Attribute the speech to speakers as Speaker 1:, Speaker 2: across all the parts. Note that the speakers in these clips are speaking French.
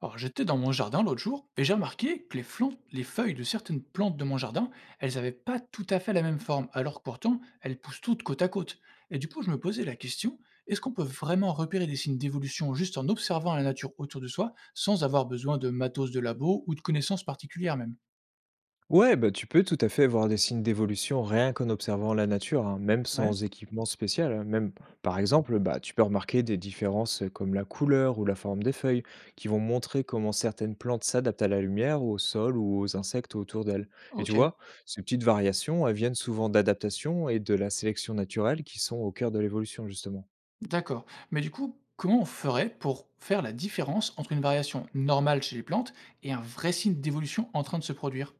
Speaker 1: Alors, j'étais dans mon jardin l'autre jour et j'ai remarqué que les feuilles de certaines plantes de mon jardin, elles n'avaient pas tout à fait la même forme, alors que pourtant, elles poussent toutes côte à côte. Et du coup, je me posais la question, est-ce qu'on peut vraiment repérer des signes d'évolution juste en observant la nature autour de soi, sans avoir besoin de matos de labo ou de connaissances particulières même?
Speaker 2: Ouais, bah, tu peux tout à fait voir des signes d'évolution rien qu'en observant la nature, hein, même
Speaker 1: Ouais.
Speaker 2: sans équipement spécial, hein. Même, par exemple, bah, tu peux remarquer des différences comme la couleur ou la forme des feuilles, qui vont montrer comment certaines plantes s'adaptent à la lumière, au sol ou aux insectes autour d'elles. Et tu
Speaker 1: Ok,
Speaker 2: vois, ces petites variations, elles viennent souvent d'adaptation et de la sélection naturelle qui sont au cœur de l'évolution, justement.
Speaker 1: d'accord. Mais du coup, comment on ferait pour faire la différence entre une variation normale chez les plantes et un vrai signe d'évolution en train de se produire?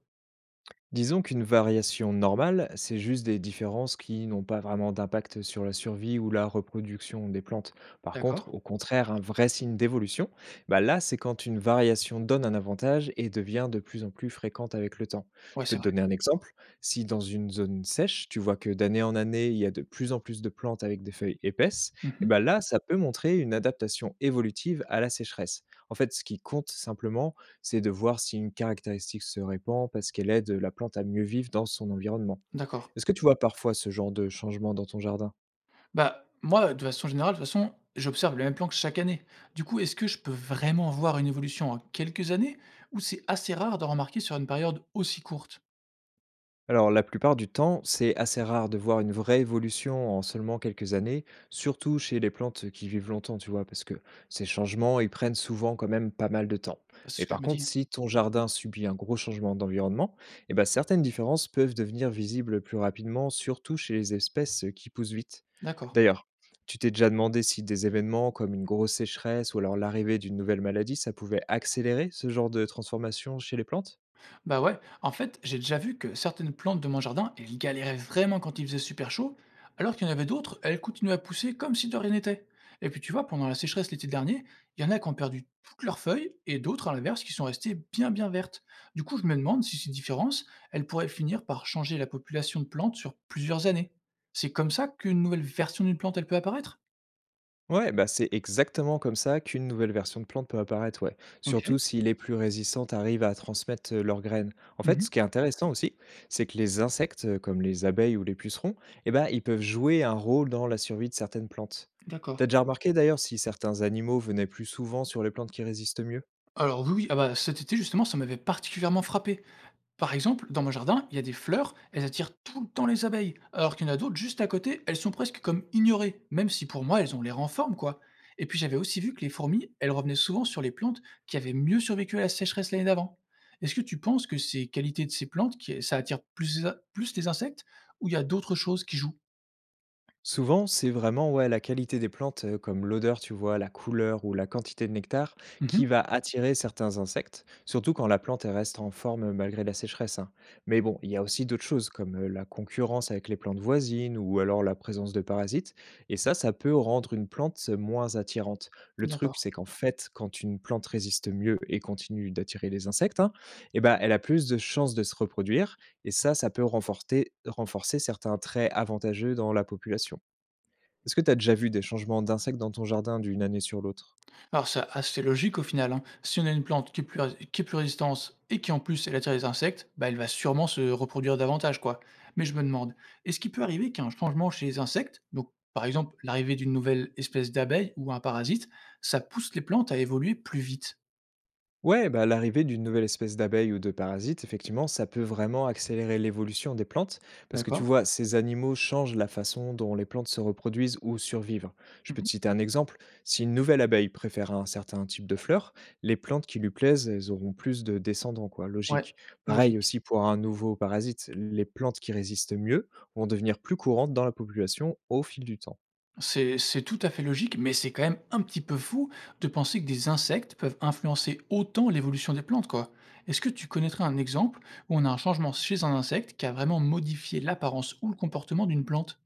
Speaker 2: Disons qu'une variation normale, c'est juste des différences qui n'ont pas vraiment d'impact sur la survie ou la reproduction des plantes. Par contre,
Speaker 1: D'accord?
Speaker 2: au contraire, un vrai signe d'évolution, bah là, c'est quand une variation donne un avantage et devient de plus en plus fréquente avec le temps. Je
Speaker 1: Ouais,
Speaker 2: peux
Speaker 1: c'est
Speaker 2: te
Speaker 1: vrai.
Speaker 2: donner un exemple. Si dans une zone sèche, tu vois que d'année en année, il y a de plus en plus de plantes avec des feuilles épaisses, et
Speaker 1: Mhm.
Speaker 2: bah là, ça peut montrer une adaptation évolutive à la sécheresse. En fait, ce qui compte simplement, c'est de voir si une caractéristique se répand parce qu'elle aide la plante à mieux vivre dans son environnement.
Speaker 1: D'accord.
Speaker 2: Est-ce que tu vois parfois ce genre de changement dans ton jardin?
Speaker 1: Bah, moi, de façon générale, de toute façon, j'observe le même plan que chaque année. Du coup, est-ce que je peux vraiment voir une évolution en quelques années ou c'est assez rare d'en remarquer sur une période aussi courte?
Speaker 2: Alors, la plupart du temps, c'est assez rare de voir une vraie évolution en seulement quelques années, surtout chez les plantes qui vivent longtemps, tu vois, parce que ces changements, ils prennent souvent quand même pas mal de temps.
Speaker 1: Bah, c'est
Speaker 2: Mais
Speaker 1: ce que
Speaker 2: par
Speaker 1: je me
Speaker 2: contre,
Speaker 1: dis.
Speaker 2: si ton jardin subit un gros changement d'environnement, eh ben, certaines différences peuvent devenir visibles plus rapidement, surtout chez les espèces qui poussent vite.
Speaker 1: D'accord.
Speaker 2: D'ailleurs, tu t'es déjà demandé si des événements comme une grosse sécheresse ou alors l'arrivée d'une nouvelle maladie, ça pouvait accélérer ce genre de transformation chez les plantes?
Speaker 1: Bah ouais, en fait, j'ai déjà vu que certaines plantes de mon jardin, elles galéraient vraiment quand il faisait super chaud, alors qu'il y en avait d'autres, elles continuaient à pousser comme si de rien n'était. Et puis tu vois, pendant la sécheresse l'été dernier, il y en a qui ont perdu toutes leurs feuilles et d'autres, à l'inverse, qui sont restées bien bien vertes. Du coup, je me demande si ces différences, elles pourraient finir par changer la population de plantes sur plusieurs années. C'est comme ça qu'une nouvelle version d'une plante, elle peut apparaître.
Speaker 2: Ouais, bah c'est exactement comme ça qu'une nouvelle version de plante peut apparaître, ouais.
Speaker 1: Ok.
Speaker 2: Surtout si les plus résistantes arrivent à transmettre leurs graines. En fait,
Speaker 1: Mhm.
Speaker 2: ce qui est intéressant aussi, c'est que les insectes, comme les abeilles ou les pucerons, eh ben, ils peuvent jouer un rôle dans la survie de certaines plantes.
Speaker 1: D'accord.
Speaker 2: T'as déjà remarqué d'ailleurs si certains animaux venaient plus souvent sur les plantes qui résistent mieux?
Speaker 1: Alors oui, oui, ah bah, cet été justement, ça m'avait particulièrement frappé. Par exemple, dans mon jardin, il y a des fleurs, elles attirent tout le temps les abeilles, alors qu'il y en a d'autres juste à côté, elles sont presque comme ignorées, même si pour moi elles ont l'air en forme, quoi. Et puis j'avais aussi vu que les fourmis, elles revenaient souvent sur les plantes qui avaient mieux survécu à la sécheresse l'année d'avant. Est-ce que tu penses que ces qualités de ces plantes, ça attire plus les insectes, ou il y a d'autres choses qui jouent?
Speaker 2: Souvent, c'est vraiment, ouais, la qualité des plantes, comme l'odeur, tu vois, la couleur ou la quantité de nectar qui
Speaker 1: Mhm.
Speaker 2: va attirer certains insectes, surtout quand la plante elle reste en forme, malgré la sécheresse, hein. Mais bon, il y a aussi d'autres choses comme, la concurrence avec les plantes voisines ou alors la présence de parasites, et ça peut rendre une plante, moins attirante. Le truc,
Speaker 1: D'accord.
Speaker 2: c'est qu'en fait, quand une plante résiste mieux et continue d'attirer les insectes, hein, et bah, elle a plus de chances de se reproduire et ça peut renforter renforcer certains traits avantageux dans la population. Est-ce que tu as déjà vu des changements d'insectes dans ton jardin d'une année sur l'autre?
Speaker 1: Alors c'est assez logique au final, hein. Si on a une plante qui est qui est plus résistante et qui en plus elle attire les insectes, bah, elle va sûrement se reproduire davantage, quoi. Mais je me demande, est-ce qu'il peut arriver qu'un changement chez les insectes, donc par exemple l'arrivée d'une nouvelle espèce d'abeille ou un parasite, ça pousse les plantes à évoluer plus vite,
Speaker 2: Ouais, bah, l'arrivée d'une nouvelle espèce d'abeille ou de parasite, effectivement, ça peut vraiment accélérer l'évolution des plantes, parce que tu
Speaker 1: d'accord?
Speaker 2: vois, ces animaux changent la façon dont les plantes se reproduisent ou survivent. Je peux te
Speaker 1: Mhm.
Speaker 2: citer un exemple. Si une nouvelle abeille préfère un certain type de fleurs, les plantes qui lui plaisent, elles auront plus de descendants, quoi,
Speaker 1: Ouais,
Speaker 2: logique. Pareil
Speaker 1: logique.
Speaker 2: aussi pour un nouveau parasite, les plantes qui résistent mieux vont devenir plus courantes dans la population au fil du temps.
Speaker 1: C'est tout à fait logique, mais c'est quand même un petit peu fou de penser que des insectes peuvent influencer autant l'évolution des plantes, quoi. Est-ce que tu connaîtrais un exemple où on a un changement chez un insecte qui a vraiment modifié l'apparence ou le comportement d'une plante?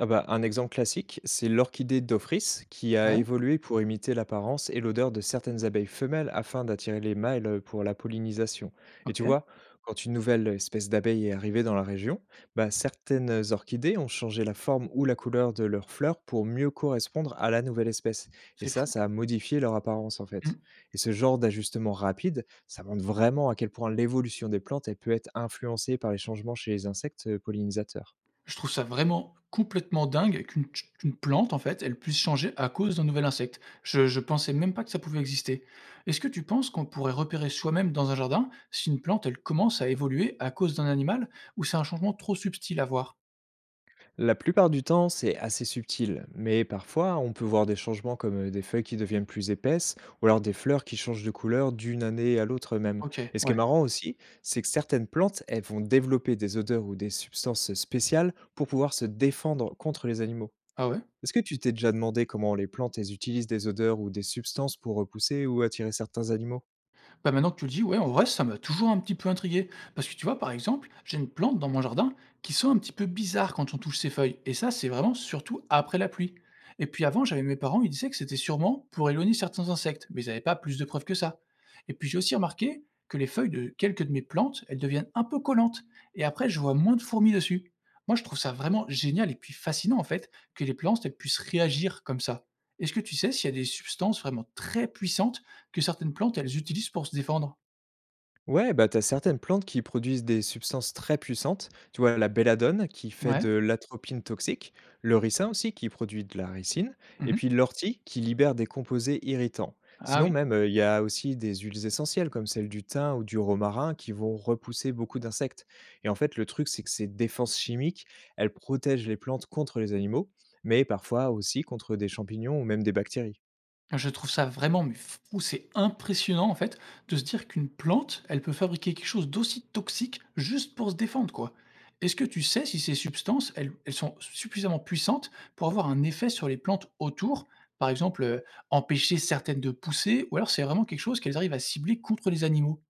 Speaker 2: Ah bah, un exemple classique, c'est l'orchidée d'Ophrys qui a
Speaker 1: Ouais,
Speaker 2: évolué pour imiter l'apparence et l'odeur de certaines abeilles femelles afin d'attirer les mâles pour la pollinisation. Et tu
Speaker 1: OK,
Speaker 2: vois, quand une nouvelle espèce d'abeille est arrivée dans la région, bah, certaines orchidées ont changé la forme ou la couleur de leurs fleurs pour mieux correspondre à la nouvelle espèce. Et
Speaker 1: c'est
Speaker 2: ça,
Speaker 1: fou.
Speaker 2: ça a modifié leur apparence en
Speaker 1: Mmh.
Speaker 2: fait. Et ce genre d'ajustement rapide, ça montre vraiment à quel point l'évolution des plantes elle peut être influencée par les changements chez les insectes pollinisateurs.
Speaker 1: Je trouve ça vraiment complètement dingue qu'une plante, en fait, elle puisse changer à cause d'un nouvel insecte. Je pensais même pas que ça pouvait exister. Est-ce que tu penses qu'on pourrait repérer soi-même dans un jardin si une plante, elle commence à évoluer à cause d'un animal ou c'est un changement trop subtil à voir?
Speaker 2: La plupart du temps, c'est assez subtil, mais parfois on peut voir des changements comme des feuilles qui deviennent plus épaisses ou alors des fleurs qui changent de couleur d'une année à l'autre même.
Speaker 1: OK,
Speaker 2: Et ce qui est
Speaker 1: ouais.
Speaker 2: marrant aussi, c'est que certaines plantes, elles vont développer des odeurs ou des substances spéciales pour pouvoir se défendre contre les animaux.
Speaker 1: Ah ouais?
Speaker 2: Est-ce que tu t'es déjà demandé comment les plantes, elles utilisent des odeurs ou des substances pour repousser ou attirer certains animaux?
Speaker 1: Bah, maintenant que tu le dis, ouais, en vrai, ça m'a toujours un petit peu intrigué. Parce que tu vois, par exemple, j'ai une plante dans mon jardin qui sent un petit peu bizarre quand on touche ses feuilles. Et ça, c'est vraiment surtout après la pluie. Et puis avant, j'avais mes parents, ils disaient que c'était sûrement pour éloigner certains insectes, mais ils n'avaient pas plus de preuves que ça. Et puis j'ai aussi remarqué que les feuilles de quelques de mes plantes, elles deviennent un peu collantes. Et après, je vois moins de fourmis dessus. Moi, je trouve ça vraiment génial et puis fascinant, en fait, que les plantes, elles puissent réagir comme ça. Est-ce que tu sais s'il y a des substances vraiment très puissantes que certaines plantes, elles utilisent pour se défendre?
Speaker 2: Ouais, bah, t'as certaines plantes qui produisent des substances très puissantes. Tu vois, la belladone qui fait
Speaker 1: Ouais.
Speaker 2: de l'atropine toxique, le ricin aussi qui produit de la ricine, et
Speaker 1: Mmh.
Speaker 2: puis l'ortie qui libère des composés irritants.
Speaker 1: Ah
Speaker 2: Sinon,
Speaker 1: oui.
Speaker 2: même, il y a aussi des huiles essentielles comme celle du thym ou du romarin qui vont repousser beaucoup d'insectes. Et en fait, le truc, c'est que ces défenses chimiques, elles protègent les plantes contre les animaux, mais parfois aussi contre des champignons ou même des bactéries.
Speaker 1: Je trouve ça vraiment mais fou, c'est impressionnant, en fait, de se dire qu'une plante, elle peut fabriquer quelque chose d'aussi toxique juste pour se défendre, quoi. Est-ce que tu sais si ces substances, elles sont suffisamment puissantes pour avoir un effet sur les plantes autour? Par exemple, empêcher certaines de pousser ou alors c'est vraiment quelque chose qu'elles arrivent à cibler contre les animaux?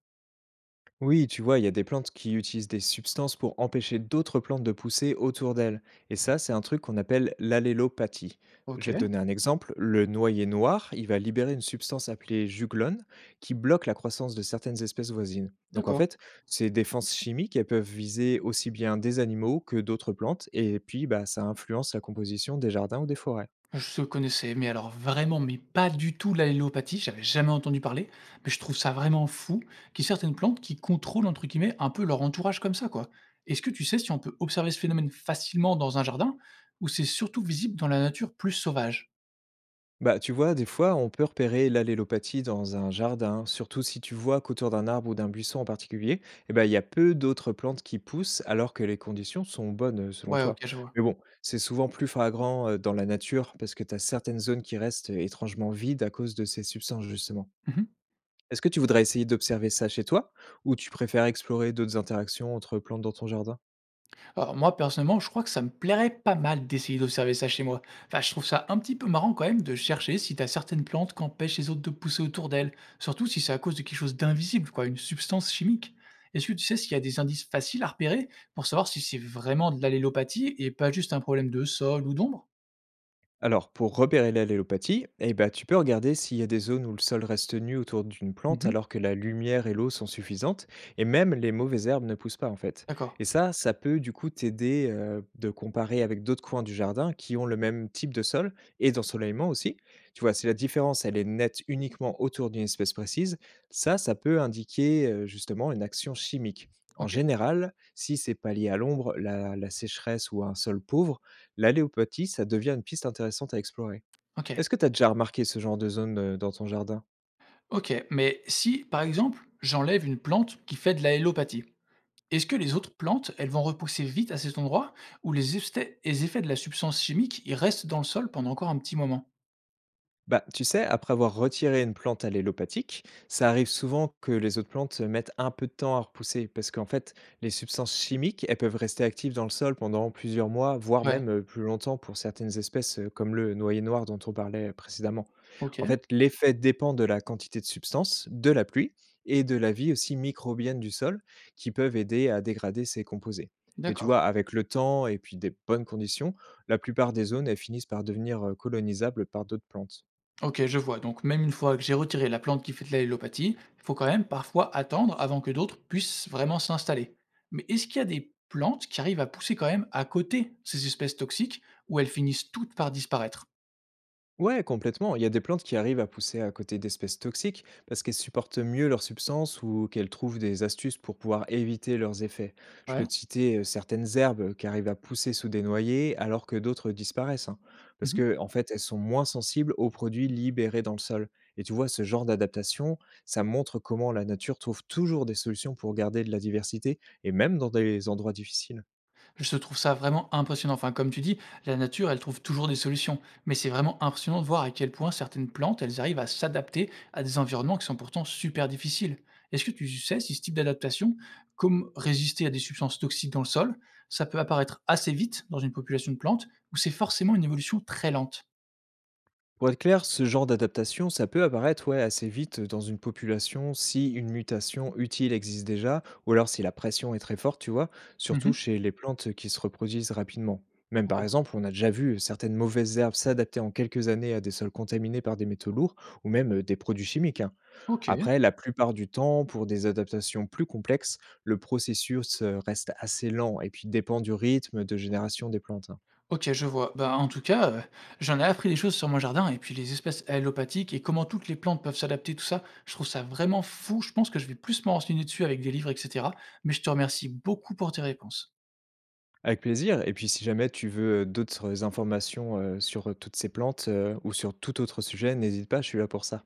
Speaker 2: Oui, tu vois, il y a des plantes qui utilisent des substances pour empêcher d'autres plantes de pousser autour d'elles. Et ça, c'est un truc qu'on appelle l'allélopathie. Je vais te
Speaker 1: OK,
Speaker 2: donner un exemple. Le noyer noir, il va libérer une substance appelée juglone qui bloque la croissance de certaines espèces voisines. Donc en
Speaker 1: d'accord.
Speaker 2: fait, ces défenses chimiques, elles peuvent viser aussi bien des animaux que d'autres plantes, et puis bah, ça influence la composition des jardins ou des forêts.
Speaker 1: Je connaissais, mais alors vraiment, mais pas du tout l'allélopathie, j'avais jamais entendu parler, mais je trouve ça vraiment fou qu'il y ait certaines plantes qui contrôlent, entre guillemets, un peu leur entourage comme ça, quoi. Est-ce que tu sais si on peut observer ce phénomène facilement dans un jardin ou c'est surtout visible dans la nature plus sauvage?
Speaker 2: Bah, tu vois, des fois, on peut repérer l'allélopathie dans un jardin, surtout si tu vois qu'autour d'un arbre ou d'un buisson en particulier, eh ben, il y a peu d'autres plantes qui poussent alors que les conditions sont bonnes, selon
Speaker 1: Ouais, ok,
Speaker 2: toi.
Speaker 1: je vois.
Speaker 2: Mais bon, c'est souvent plus flagrant, dans la nature parce que tu as certaines zones qui restent, étrangement vides à cause de ces substances, justement.
Speaker 1: Mhm.
Speaker 2: Est-ce que tu voudrais essayer d'observer ça chez toi ou tu préfères explorer d'autres interactions entre plantes dans ton jardin?
Speaker 1: Alors moi, personnellement, je crois que ça me plairait pas mal d'essayer d'observer ça chez moi. Enfin, je trouve ça un petit peu marrant quand même de chercher si t'as certaines plantes qu'empêchent les autres de pousser autour d'elles, surtout si c'est à cause de quelque chose d'invisible, quoi, une substance chimique. Est-ce que tu sais s'il y a des indices faciles à repérer pour savoir si c'est vraiment de l'allélopathie et pas juste un problème de sol ou d'ombre?
Speaker 2: Alors, pour repérer l'allélopathie, eh ben, tu peux regarder s'il y a des zones où le sol reste nu autour d'une plante
Speaker 1: Mhm.
Speaker 2: alors que la lumière et l'eau sont suffisantes, et même les mauvaises herbes ne poussent pas en fait.
Speaker 1: D'accord.
Speaker 2: Et ça peut du coup t'aider, de comparer avec d'autres coins du jardin qui ont le même type de sol et d'ensoleillement aussi. Tu vois, si la différence elle est nette uniquement autour d'une espèce précise, ça peut indiquer, justement une action chimique. En
Speaker 1: Ok.
Speaker 2: général, si c'est pas lié à l'ombre, la sécheresse ou à un sol pauvre, l'alléopathie, ça devient une piste intéressante à explorer.
Speaker 1: Ok.
Speaker 2: Est-ce que tu as déjà remarqué ce genre de zone, dans ton jardin?
Speaker 1: Ok. Mais si, par exemple, j'enlève une plante qui fait de l'allélopathie, est-ce que les autres plantes, elles vont repousser vite à cet endroit ou les effets de la substance chimique, ils restent dans le sol pendant encore un petit moment?
Speaker 2: Bah, tu sais, après avoir retiré une plante allélopathique, ça arrive souvent que les autres plantes mettent un peu de temps à repousser, parce qu'en fait, les substances chimiques, elles peuvent rester actives dans le sol pendant plusieurs mois, voire
Speaker 1: Ouais,
Speaker 2: même, plus longtemps pour certaines espèces, comme le noyer noir dont on parlait précédemment. En
Speaker 1: OK,
Speaker 2: fait, l'effet dépend de la quantité de substances, de la pluie et de la vie aussi microbienne du sol, qui peuvent aider à dégrader ces composés. Mais tu vois,
Speaker 1: d'accord.
Speaker 2: avec le temps et puis des bonnes conditions, la plupart des zones, elles finissent par devenir, colonisables par d'autres plantes.
Speaker 1: OK, je vois, donc même une fois que j'ai retiré la plante qui fait de l'allélopathie, il faut quand même parfois attendre avant que d'autres puissent vraiment s'installer. Mais est-ce qu'il y a des plantes qui arrivent à pousser quand même à côté ces espèces toxiques ou elles finissent toutes par disparaître?
Speaker 2: Ouais, complètement. Il y a des plantes qui arrivent à pousser à côté d'espèces toxiques parce qu'elles supportent mieux leurs substances ou qu'elles trouvent des astuces pour pouvoir éviter leurs effets. Je peux
Speaker 1: Ouais.
Speaker 2: te citer, certaines herbes qui arrivent à pousser sous des noyers alors que d'autres disparaissent, hein, parce que en fait, elles sont moins sensibles aux produits libérés dans le sol. Et tu vois, ce genre d'adaptation, ça montre comment la nature trouve toujours des solutions pour garder de la diversité et même dans des endroits difficiles, hein.
Speaker 1: Je trouve ça vraiment impressionnant. Enfin, comme tu dis, la nature, elle trouve toujours des solutions. Mais c'est vraiment impressionnant de voir à quel point certaines plantes, elles arrivent à s'adapter à des environnements qui sont pourtant super difficiles. Est-ce que tu sais si ce type d'adaptation, comme résister à des substances toxiques dans le sol, ça peut apparaître assez vite dans une population de plantes ou c'est forcément une évolution très lente?
Speaker 2: Pour être clair, ce genre d'adaptation, ça peut apparaître, ouais, assez vite dans une population si une mutation utile existe déjà, ou alors si la pression est très forte, tu vois, surtout
Speaker 1: Mmh.
Speaker 2: chez les plantes qui se reproduisent rapidement. Même par
Speaker 1: D'accord.
Speaker 2: exemple, on a déjà vu certaines mauvaises herbes s'adapter en quelques années à des sols contaminés par des métaux lourds ou même, des produits chimiques, hein.
Speaker 1: OK.
Speaker 2: Après, la plupart du temps, pour des adaptations plus complexes, le processus, reste assez lent et puis dépend du rythme de génération des plantes, hein.
Speaker 1: Ok, je vois. Bah, en tout cas, j'en ai appris des choses sur mon jardin et puis les espèces allopathiques et comment toutes les plantes peuvent s'adapter, tout ça. Je trouve ça vraiment fou. Je pense que je vais plus me renseigner dessus avec des livres, etc. Mais je te remercie beaucoup pour tes réponses.
Speaker 2: Avec plaisir, et puis si jamais tu veux d'autres informations, sur toutes ces plantes, ou sur tout autre sujet, n'hésite pas, je suis là pour ça.